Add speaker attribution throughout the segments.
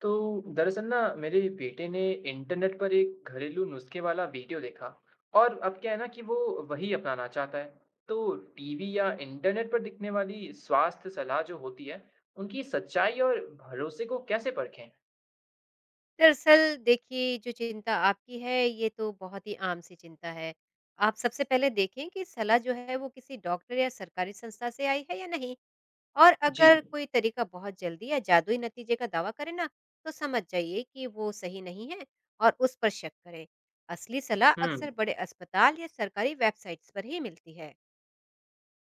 Speaker 1: तो दरअसल ना मेरे बेटे ने इंटरनेट पर एक घरेलू नुस्खे वाला वीडियो देखा। और अब क्या है ना कि वो वही अपनाना चाहता है। तो टीवी या इंटरनेट पर दिखने वाली स्वास्थ्य सलाह जो होती है, उनकी सच्चाई और भरोसे को कैसे परखें?
Speaker 2: दरअसल देखिए, जो चिंता आपकी है, ये तो बहुत ही आम सी चिंता है। आप सबसे पहले देखें कि सलाह जो है वो किसी डॉक्टर या सरकारी संस्था से आई है या नहीं। और
Speaker 1: जी।
Speaker 2: अगर कोई तरीका बहुत जल्दी या जादुई नतीजे का दावा करे ना, तो समझ जाइए कि वो सही नहीं है और उस पर शक करें। असली सलाह
Speaker 1: हम्म।
Speaker 2: अक्सर बड़े अस्पताल या सरकारी वेबसाइट्स पर ही मिलती है।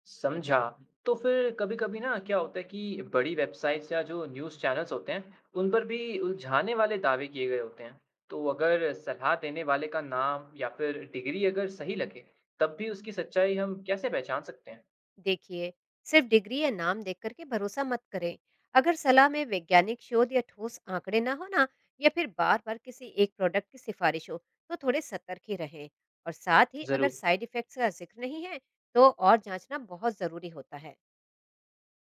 Speaker 1: समझा। तो फिर कभी कभी ना क्या होता है कि बड़ी वेबसाइट्स या जो न्यूज़ चैनल्स होते हैं उन पर भी उलझाने वाले दावे किए गए होते हैं। तो अगर सलाह देने वाले का नाम या फिर डिग्री अगर सही लगे, तब भी उसकी सच्चाई हम कैसे पहचान सकते हैं?
Speaker 2: देखिए, सिर्फ डिग्री या नाम देख करके भरोसा मत करें। अगर सलाह में वैज्ञानिक शोध या ठोस आंकड़े ना हो ना, या फिर बार बार किसी एक प्रोडक्ट की सिफारिश हो, तो थोड़े सतर्क ही रहें। और साथ ही अगर
Speaker 1: जरूर।
Speaker 2: साइड इफेक्ट्स का जिक्र नहीं है तो और जांचना बहुत ज़रूरी होता है।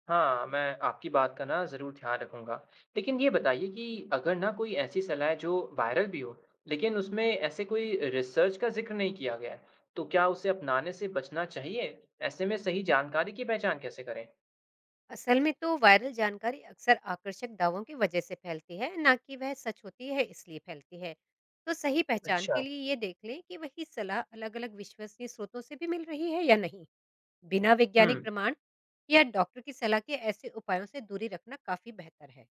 Speaker 1: हाँ, मैं आपकी बात का ना ज़रूर ध्यान रखूँगा। लेकिन ये बताइए कि अगर ना कोई ऐसी सलाह है जो वायरल भी हो, लेकिन उसमें ऐसे कोई रिसर्च का ज़िक्र नहीं किया गया है, तो क्या उसे अपनाने से बचना चाहिए? ऐसे में सही जानकारी की पहचान कैसे करें?
Speaker 2: असल में तो वायरल जानकारी अक्सर आकर्षक दावों की वजह से फैलती है, ना कि वह सच होती है इसलिए फैलती है। तो सही पहचान के
Speaker 1: अच्छा।
Speaker 2: लिए ये देख लें कि वही सलाह अलग अलग विश्वसनीय स्रोतों से भी मिल रही है या नहीं। बिना वैज्ञानिक
Speaker 1: हुँ,
Speaker 2: प्रमाण या डॉक्टर की सलाह के ऐसे उपायों से दूरी रखना काफी बेहतर है।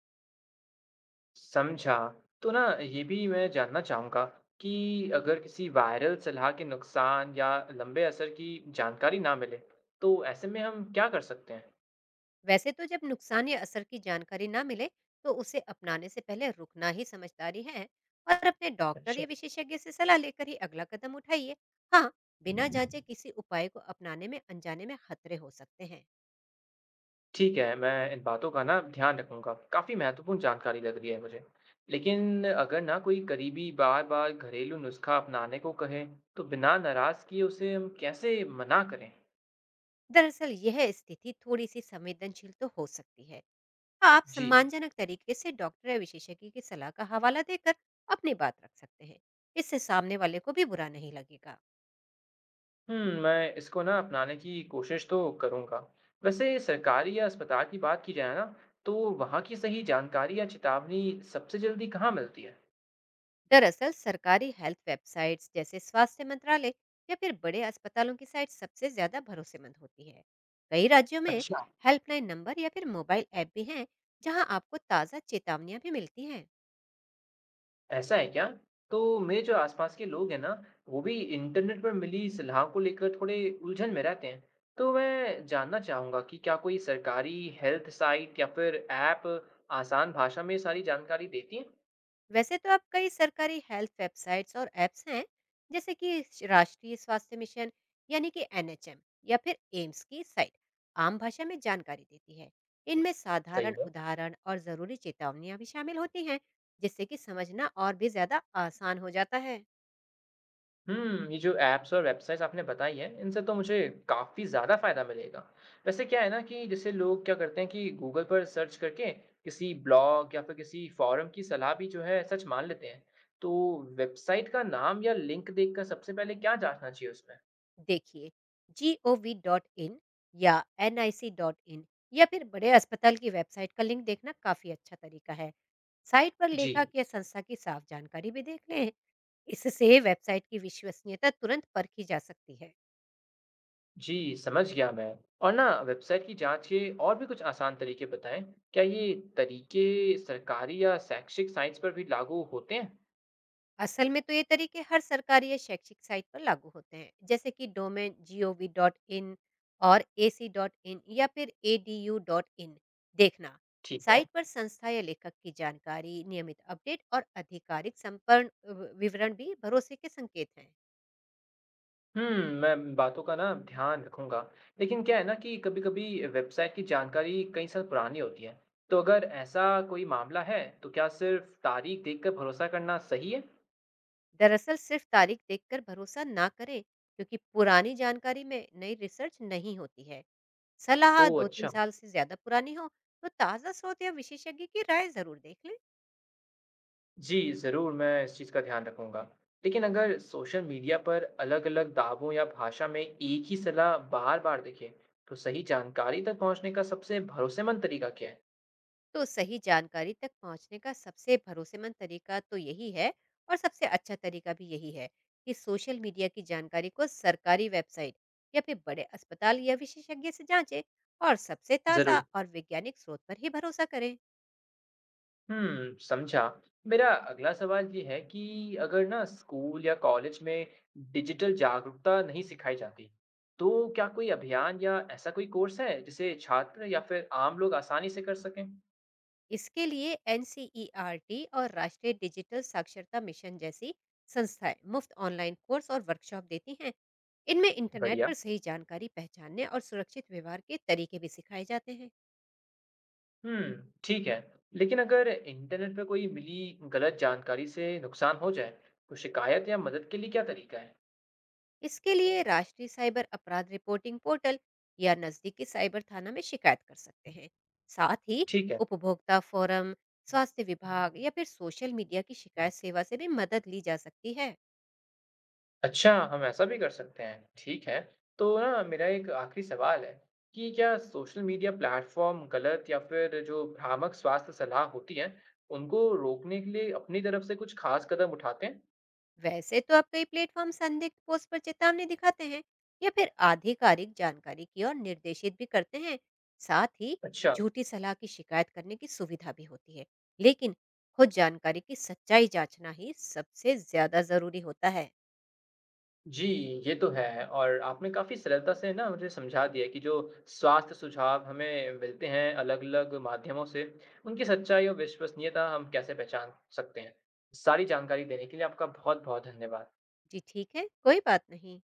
Speaker 1: समझा। तो ना ये भी मैं जानना चाहूँगा कि अगर किसी वायरल सलाह के नुकसान या लंबे असर की जानकारी ना मिले, तो ऐसे में हम क्या कर सकते हैं?
Speaker 2: वैसे तो जब नुकसान या असर की जानकारी ना मिले तो उसे अपनाने से पहले रुकना ही समझदारी है। और अपने डॉक्टर
Speaker 1: अच्छा।
Speaker 2: या विशेषज्ञ से सलाह लेकर ही अगला कदम उठाइए। हाँ, बिना जांचे किसी उपाय को अपनाने में अनजाने में खतरे हो सकते हैं।
Speaker 1: ठीक है, मैं इन बातों का ना ध्यान रखूँगा। काफ़ी महत्वपूर्ण जानकारी लग रही है मुझे। लेकिन अगर ना कोई करीबी बार-बार घरेलू नुस्खा अपनाने को कहे, तो बिना नाराज़ किए उसे हम कैसे मना करें?
Speaker 2: दरअसल यह स्थिति थोड़ी सी संवेदनशील तो हो सकती है। आप
Speaker 1: जी।
Speaker 2: सम्मानजनक तरीके से डॉक्टर या विशेषज्ञ की सलाह का हवाला देकर अपनी बात रख सकते हैं। इससे सामने वाले को भी बुरा नहीं लगेगा।
Speaker 1: हुँ, मैं इसको ना अपनाने की कोशिश तो करूँगा। वैसे सरकारी या अस्पताल की बात की जाए ना, तो वहाँ की सही जानकारी या चेतावनी सबसे जल्दी कहाँ मिलती है?
Speaker 2: दरअसल सरकारी हेल्थ वेबसाइट्स जैसे स्वास्थ्य मंत्रालय या फिर बड़े अस्पतालों की साइट सबसे ज्यादा भरोसेमंद होती है। कई राज्यों में
Speaker 1: अच्छा।
Speaker 2: हेल्पलाइन नंबर या फिर मोबाइल ऐप भी हैं, जहां आपको ताज़ा चेतावनियां भी मिलती हैं।
Speaker 1: ऐसा है क्या? तो मेरे जो आसपास के लोग हैं ना, वो भी इंटरनेट पर मिली सलाह को लेकर थोड़े उलझन में रहते हैं। तो मैं जानना चाहूँगा कि क्या कोई सरकारी हेल्थ साइट या फिर ऐप आसान भाषा में सारी जानकारी देती है?
Speaker 2: वैसे तो अब कई सरकारी हेल्थ वेबसाइट्स और ऐप्स हैं, जैसे कि राष्ट्रीय स्वास्थ्य मिशन, यानी कि एनएचएम, या फिर एम्स की साइट आम भाषा में जानकारी देती है। इनमें
Speaker 1: सही
Speaker 2: साधारण
Speaker 1: बात।
Speaker 2: उदाहरण और ज़रूरी चेतावनियां भी शामिल होती हैं, जिससे कि समझना और भी ज़्यादा आसान हो जाता है।
Speaker 1: हुँ, ये जो ऐप्स और वेबसाइट्स आपने बताई हैं, इनसे तो मुझे काफ़ी ज़्यादा फ़ायदा मिलेगा। वैसे क्या है ना कि जैसे लोग क्या करते हैं कि गूगल पर सर्च करके किसी ब्लॉग या फिर किसी फ़ोरम की सलाह भी जो है सच मान लेते हैं। तो वेबसाइट का नाम या लिंक देखकर सबसे पहले क्या जाँचना चाहिए उसमें?
Speaker 2: देखिए, gov.in या nic.in या फिर बड़े अस्पताल की वेबसाइट का लिंक देखना काफ़ी अच्छा तरीका है। साइट पर
Speaker 1: जी,
Speaker 2: लेखक या संस्था की साफ जानकारी भी देख लें। इससे वेबसाइट की विश्वसनीयता तुरंत परखी जा सकती है।
Speaker 1: जी, समझ गया मैं। और ना वेबसाइट की जाँच के और भी कुछ आसान तरीके बताएँ। क्या ये तरीके सरकारी या शैक्षिक साइट्स पर भी लागू होते हैं?
Speaker 2: असल में तो ये तरीके हर सरकारी या शैक्षिक साइट पर लागू होते हैं, जैसे कि डोमेन gov.in और ac.in या फिर edu.in देखना।
Speaker 1: ठीक है।
Speaker 2: साइट पर संस्था या लेखक की जानकारी, नियमित अपडेट और आधिकारिक संपर्क विवरण भी भरोसे के संकेत हैं।
Speaker 1: हुँ, मैं इन बातों का ना ध्यान रखूँगा। लेकिन क्या है ना कि कभी-कभी वेबसाइट की जानकारी कई साल पुरानी होती है। तो अगर ऐसा कोई मामला है, तो क्या सिर्फ़ तारीख देखकर भरोसा करना सही है?
Speaker 2: दरअसल सिर्फ तारीख देखकर भरोसा ना करें, क्योंकि पुरानी जानकारी में नई रिसर्च नहीं होती है। सलाह
Speaker 1: ओह
Speaker 2: दो तीन
Speaker 1: अच्छा।
Speaker 2: साल से ज्यादा पुरानी हो तो ताज़ा स्रोत या विशेषज्ञ की राय जरूर देख लें।
Speaker 1: जी, ज़रूर मैं इस चीज़ का ध्यान रखूँगा। लेकिन अगर सोशल मीडिया पर अलग-अलग दावों या भाषा में एक ही सलाह बार-बार दिखे, तो सही जानकारी तक पहुँचने का सबसे भरोसेमंद तरीका क्या है?
Speaker 2: तो सही जानकारी तक पहुंचने का सबसे भरोसेमंद तरीका तो यही है और सबसे अच्छा तरीका भी यही है कि सोशल मीडिया की जानकारी को सरकारी वेबसाइट या फिर बड़े अस्पताल या विशेषज्ञ से जांचें और सबसे ताज़ा
Speaker 1: ज़रूर।
Speaker 2: और वैज्ञानिक स्रोत पर ही भरोसा करें।
Speaker 1: हुँ, समझा। मेरा अगला सवाल ये है कि अगर ना स्कूल या कॉलेज में डिजिटल जागरूकता नहीं सिखाई जाती, तो क्या कोई अभियान या ऐसा कोई कोर्स है जिसे छात्र या फिर आम लोग आसानी से कर सकें?
Speaker 2: इसके लिए एनसीईआरटी और राष्ट्रीय डिजिटल साक्षरता मिशन जैसी संस्थाएं मुफ्त ऑनलाइन कोर्स और वर्कशॉप देती हैं। इनमें इंटरनेट
Speaker 1: बढ़िया।
Speaker 2: पर सही जानकारी पहचानने और सुरक्षित व्यवहार के तरीके भी सिखाए जाते हैं।
Speaker 1: हुँ, ठीक है। लेकिन अगर इंटरनेट पे कोई मिली गलत जानकारी से नुकसान हो जाए, तो शिकायत या मदद के लिए क्या तरीका है?
Speaker 2: इसके लिए राष्ट्रीय साइबर अपराध रिपोर्टिंग पोर्टल या नजदीकी साइबर थाना में शिकायत कर सकते हैं। साथ ही
Speaker 1: ठीक है।
Speaker 2: उपभोक्ता फोरम, स्वास्थ्य विभाग या फिर सोशल मीडिया की शिकायत सेवा से भी मदद ली जा सकती है।
Speaker 1: अच्छा, हम ऐसा भी कर सकते हैं। ठीक है, तो ना मेरा एक आखिरी सवाल है कि क्या सोशल मीडिया प्लेटफ़ॉर्म गलत या फिर जो भ्रामक स्वास्थ्य सलाह होती है, उनको रोकने के लिए अपनी तरफ से कुछ ख़ास कदम उठाते हैं?
Speaker 2: वैसे तो अब कई प्लेटफॉर्म संदिग्ध पोस्ट पर चेतावनी दिखाते हैं या फिर आधिकारिक जानकारी की ओर निर्देशित भी करते हैं। साथ ही
Speaker 1: अच्छा,
Speaker 2: झूठी सलाह की शिकायत करने की सुविधा भी होती है। लेकिन खुद जानकारी की सच्चाई जांचना ही सबसे ज्यादा जरूरी होता है।
Speaker 1: जी, ये तो है। और आपने काफ़ी सरलता से ना मुझे समझा दिया कि जो स्वास्थ्य सुझाव हमें मिलते हैं अलग-अलग माध्यमों से, उनकी सच्चाई और विश्वसनीयता हम कैसे पहचान सकते हैं। सारी जानकारी देने के लिए आपका बहुत-बहुत धन्यवाद।
Speaker 2: जी ठीक है, कोई बात नहीं।